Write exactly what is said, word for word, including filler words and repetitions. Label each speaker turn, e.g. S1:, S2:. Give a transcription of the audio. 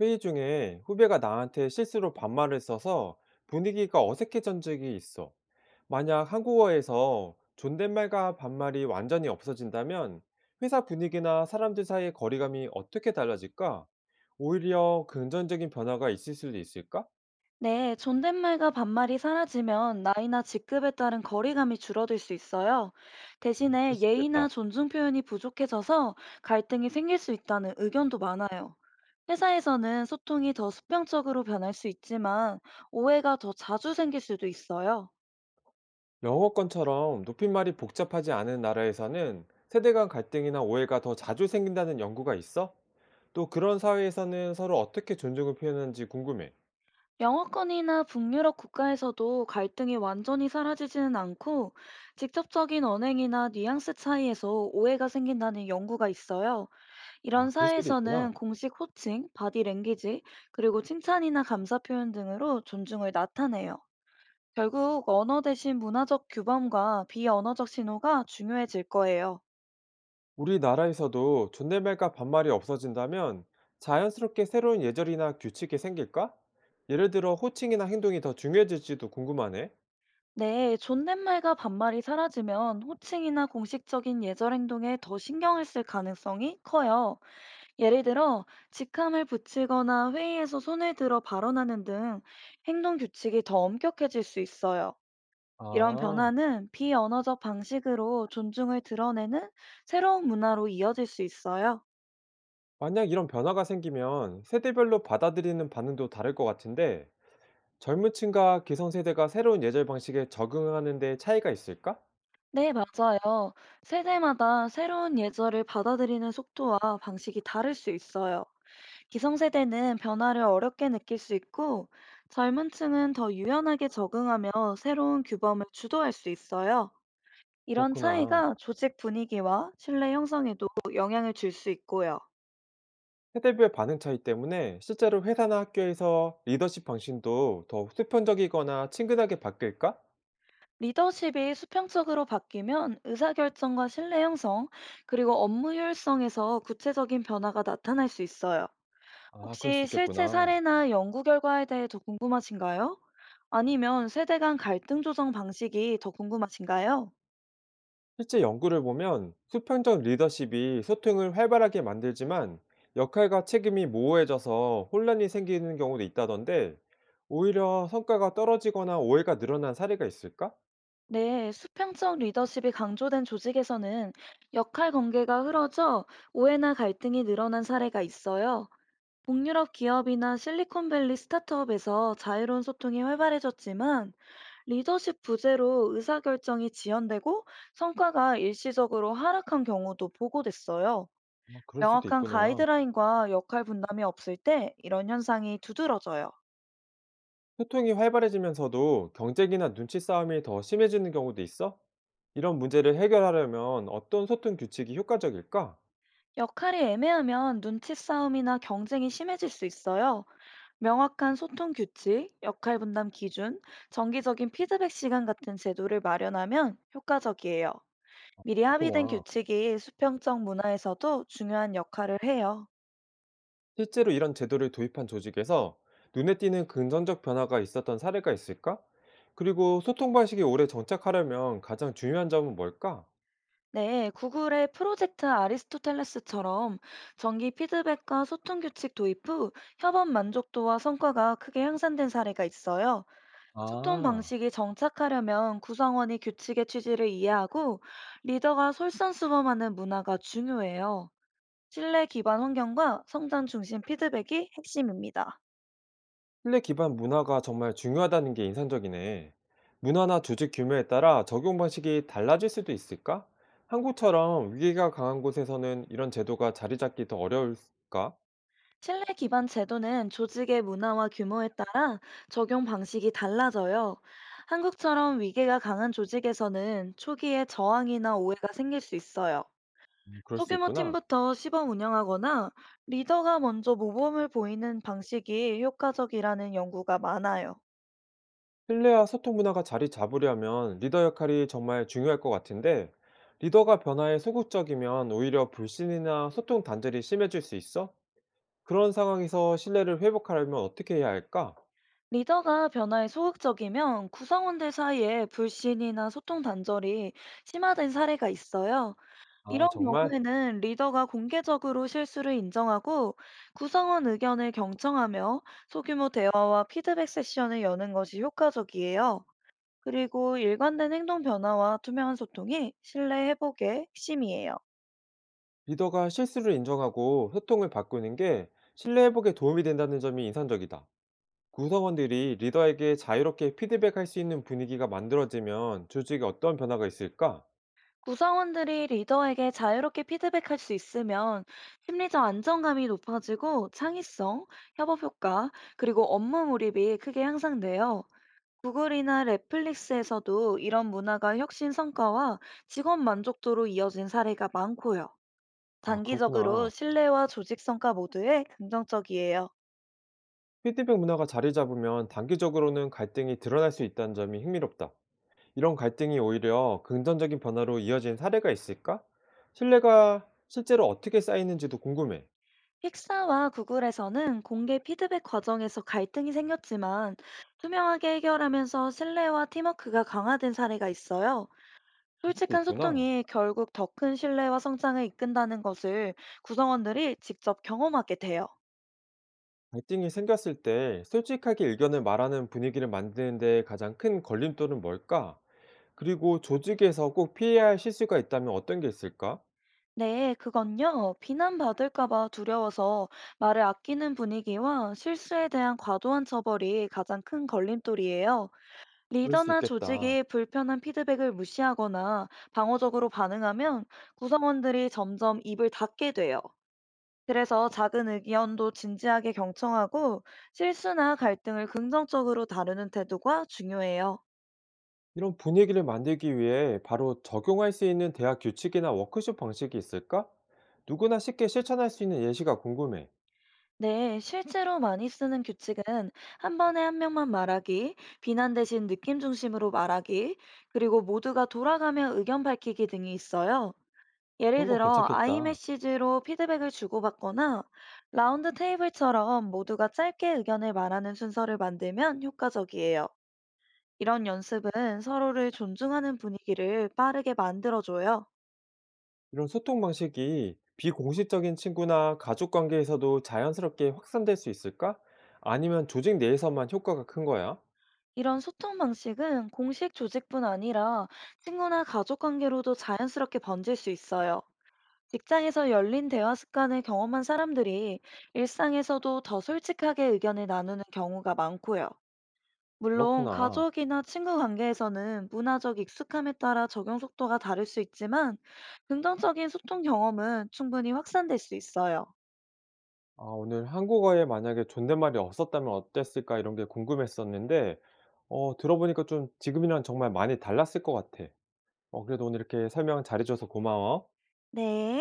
S1: 회의 중에 후배가 나한테 실수로 반말을 써서 분위기가 어색해진 적이 있어. 만약 한국어에서 존댓말과 반말이 완전히 없어진다면 회사 분위기나 사람들 사이의 거리감이 어떻게 달라질까? 오히려 긍정적인 변화가 있을 수도 있을까?
S2: 네, 존댓말과 반말이 사라지면 나이나 직급에 따른 거리감이 줄어들 수 있어요.
S1: 그럴
S2: 대신에
S1: 수 있겠다.
S2: 예의나
S1: 있겠다.
S2: 존중 표현이 부족해져서 갈등이 생길 수 있다는 의견도 많아요. 회사에서는 소통이 더 수평적으로 변할 수 있지만 오해가 더 자주 생길 수도 있어요.
S1: 영어권처럼 높임말이 복잡하지 않은 나라에서는 세대 간 갈등이나 오해가 더 자주 생긴다는 연구가 있어? 또 그런 사회에서는 서로 어떻게 존중을 표현하는지 궁금해.
S2: 영어권이나 북유럽 국가에서도 갈등이 완전히 사라지지는 않고 직접적인 언행이나 뉘앙스 차이에서 오해가 생긴다는 연구가 있어요.
S1: 아,
S2: 이런
S1: 그럴 수도 있구나.
S2: 사회에서는 공식 호칭, 바디 랭귀지, 그리고 칭찬이나 감사 표현 등으로 존중을 나타내요. 결국 언어 대신 문화적 규범과 비언어적 신호가 중요해질 거예요.
S1: 우리나라에서도 존댓말과 반말이 없어진다면 자연스럽게 새로운 예절이나 규칙이 생길까? 예를 들어 호칭이나 행동이 더 중요해질지도 궁금하네.
S2: 네, 존댓말과 반말이 사라지면 호칭이나 공식적인 예절 행동에 더 신경을 쓸 가능성이 커요. 예를 들어, 직함을 붙이거나 회의에서 손을 들어 발언하는 등 행동 규칙이 더 엄격해질 수 있어요. 이런
S1: 아,
S2: 변화는 비언어적 방식으로 존중을 드러내는 새로운 문화로 이어질 수 있어요.
S1: 만약 이런 변화가 생기면 세대별로 받아들이는 반응도 다를 것 같은데 젊은 층과 기성세대가 새로운 예절 방식에 적응하는 데 차이가 있을까?
S2: 네, 맞아요. 세대마다 새로운 예절을 받아들이는 속도와 방식이 다를 수 있어요. 기성세대는 변화를 어렵게 느낄 수 있고, 젊은 층은 더 유연하게 적응하며 새로운 규범을 주도할 수 있어요. 이런
S1: 그렇구나.
S2: 차이가 조직 분위기와 신뢰 형성에도 영향을 줄 수 있고요.
S1: 세대별 반응 차이 때문에 실제로 회사나 학교에서 리더십 방식도 더 수평적이거나 친근하게 바뀔까?
S2: 리더십이 수평적으로 바뀌면 의사결정과 신뢰 형성, 그리고 업무 효율성에서 구체적인 변화가 나타날 수 있어요.
S1: 아, 그럴
S2: 혹시
S1: 수
S2: 실제
S1: 있겠구나.
S2: 사례나 연구 결과에 대해 더 궁금하신가요? 아니면 세대 간 갈등 조정 방식이 더 궁금하신가요?
S1: 실제 연구를 보면 수평적 리더십이 소통을 활발하게 만들지만 역할과 책임이 모호해져서 혼란이 생기는 경우도 있다던데 오히려 성과가 떨어지거나 오해가 늘어난 사례가 있을까?
S2: 네, 수평적 리더십이 강조된 조직에서는 역할 관계가 흐려져 오해나 갈등이 늘어난 사례가 있어요. 북유럽 기업이나 실리콘밸리 스타트업에서 자유로운 소통이 활발해졌지만 리더십 부재로 의사결정이 지연되고 성과가 일시적으로 하락한 경우도 보고됐어요.
S1: 아, 그럴 수도
S2: 명확한
S1: 있구나.
S2: 가이드라인과 역할 분담이 없을 때 이런 현상이 두드러져요.
S1: 소통이 활발해지면서도 경쟁이나 눈치 싸움이 더 심해지는 경우도 있어? 이런 문제를 해결하려면 어떤 소통 규칙이 효과적일까?
S2: 역할이 애매하면 눈치 싸움이나 경쟁이 심해질 수 있어요. 명확한 소통 규칙, 역할 분담 기준, 정기적인 피드백 시간 같은 제도를 마련하면 효과적이에요. 미리 합의된
S1: 그렇구나.
S2: 규칙이 수평적 문화에서도 중요한 역할을 해요.
S1: 실제로 이런 제도를 도입한 조직에서 눈에 띄는 긍정적 변화가 있었던 사례가 있을까? 그리고 소통 방식이 오래 정착하려면 가장 중요한 점은 뭘까?
S2: 네, 구글의 프로젝트 아리스토텔레스처럼 정기 피드백과 소통 규칙 도입 후 협업 만족도와 성과가 크게 향상된 사례가 있어요. 소통
S1: 아,
S2: 방식이 정착하려면 구성원이 규칙의 취지를 이해하고 리더가 솔선수범하는 문화가 중요해요. 신뢰 기반 환경과 성장 중심 피드백이 핵심입니다.
S1: 신뢰 기반 문화가 정말 중요하다는 게 인상적이네. 문화나 조직 규모에 따라 적용 방식이 달라질 수도 있을까? 한국처럼 위기가 강한 곳에서는 이런 제도가 자리 잡기 더 어려울까?
S2: 신뢰 기반 제도는 조직의 문화와 규모에 따라 적용 방식이 달라져요. 한국처럼 위계가 강한 조직에서는 초기에 저항이나 오해가 생길 수 있어요.
S1: 음, 그럴 수
S2: 소규모
S1: 있구나.
S2: 팀부터 시범 운영하거나 리더가 먼저 모범을 보이는 방식이 효과적이라는 연구가 많아요.
S1: 신뢰와 소통 문화가 자리 잡으려면 리더 역할이 정말 중요할 것 같은데, 리더가 변화에 소극적이면 오히려 불신이나 소통 단절이 심해질 수 있어? 그런 상황에서 신뢰를 회복하려면 어떻게 해야 할까?
S2: 리더가 변화에 소극적이면 구성원들 사이에 불신이나 소통 단절이 심화된 사례가 있어요. 이런
S1: 아, 정말?
S2: 경우에는 리더가 공개적으로 실수를 인정하고 구성원 의견을 경청하며 소규모 대화와 피드백 세션을 여는 것이 효과적이에요. 그리고 일관된 행동 변화와 투명한 소통이 신뢰 회복의 핵심이에요.
S1: 리더가 실수를 인정하고 소통을 바꾸는 게 신뢰 회복에 도움이 된다는 점이 인상적이다. 구성원들이 리더에게 자유롭게 피드백할 수 있는 분위기가 만들어지면 조직에 어떤 변화가 있을까?
S2: 구성원들이 리더에게 자유롭게 피드백할 수 있으면 심리적 안정감이 높아지고 창의성, 협업 효과, 그리고 업무 몰입이 크게 향상돼요. 구글이나 넷플릭스에서도 이런 문화가 혁신 성과와 직업 만족도로 이어진 사례가 많고요.
S1: 아,
S2: 단기적으로
S1: 그렇구나.
S2: 신뢰와 조직 성과 모두에 긍정적이에요.
S1: 피드백 문화가 자리 잡으면 단기적으로는 갈등이 드러날 수 있다는 점이 흥미롭다. 이런 갈등이 오히려 긍정적인 변화로 이어진 사례가 있을까? 신뢰가 실제로 어떻게 쌓이는지도 궁금해.
S2: 픽사와 구글에서는 공개 피드백 과정에서 갈등이 생겼지만 투명하게 해결하면서 신뢰와 팀워크가 강화된 사례가 있어요.
S1: 그럴 수도
S2: 솔직한
S1: 있구나.
S2: 소통이 결국 더 큰 신뢰와 성장을 이끈다는 것을 구성원들이 직접 경험하게 돼요.
S1: 갈등이 생겼을 때 솔직하게 의견을 말하는 분위기를 만드는 데 가장 큰 걸림돌은 뭘까? 그리고 조직에서 꼭 피해야 할 실수가 있다면 어떤 게 있을까?
S2: 네, 그건요. 비난받을까 봐 두려워서 말을 아끼는 분위기와 실수에 대한 과도한 처벌이 가장 큰 걸림돌이에요.
S1: 그럴 수
S2: 리더나
S1: 있겠다.
S2: 조직이 불편한 피드백을 무시하거나 방어적으로 반응하면 구성원들이 점점 입을 닫게 돼요. 그래서 작은 의견도 진지하게 경청하고 실수나 갈등을 긍정적으로 다루는 태도가 중요해요.
S1: 이런 분위기를 만들기 위해 바로 적용할 수 있는 대학 규칙이나 워크숍 방식이 있을까? 누구나 쉽게 실천할 수 있는 예시가 궁금해.
S2: 네, 실제로 많이 쓰는 규칙은 한 번에 한 명만 말하기, 비난 대신 느낌 중심으로 말하기, 그리고 모두가 돌아가며 의견 밝히기 등이 있어요. 예를
S1: 그런 건
S2: 들어,
S1: 괜찮겠다.
S2: 아이메시지로 피드백을 주고받거나 라운드 테이블처럼 모두가 짧게 의견을 말하는 순서를 만들면 효과적이에요. 이런 연습은 서로를 존중하는 분위기를 빠르게 만들어줘요.
S1: 이런 소통 방식이 비공식적인 친구나 가족 관계에서도 자연스럽게 확산될 수 있을까? 아니면 조직 내에서만 효과가 큰 거야?
S2: 이런 소통 방식은 공식 조직뿐 아니라 친구나 가족 관계로도 자연스럽게 번질 수 있어요. 직장에서 열린 대화 습관을 경험한 사람들이 일상에서도 더 솔직하게 의견을 나누는 경우가 많고요. 물론
S1: 그렇구나.
S2: 가족이나 친구 관계에서는 문화적 익숙함에 따라 적용 속도가 다를 수 있지만 긍정적인 소통 경험은 충분히 확산될 수 있어요.
S1: 아, 오늘 한국어에 만약에 존댓말이 없었다면 어땠을까? 이런 게 궁금했었는데, 어, 들어보니까 좀 지금이랑 정말 많이 달랐을 것 같아. 어, 그래도 오늘 이렇게 설명 잘해줘서 고마워.
S2: 네.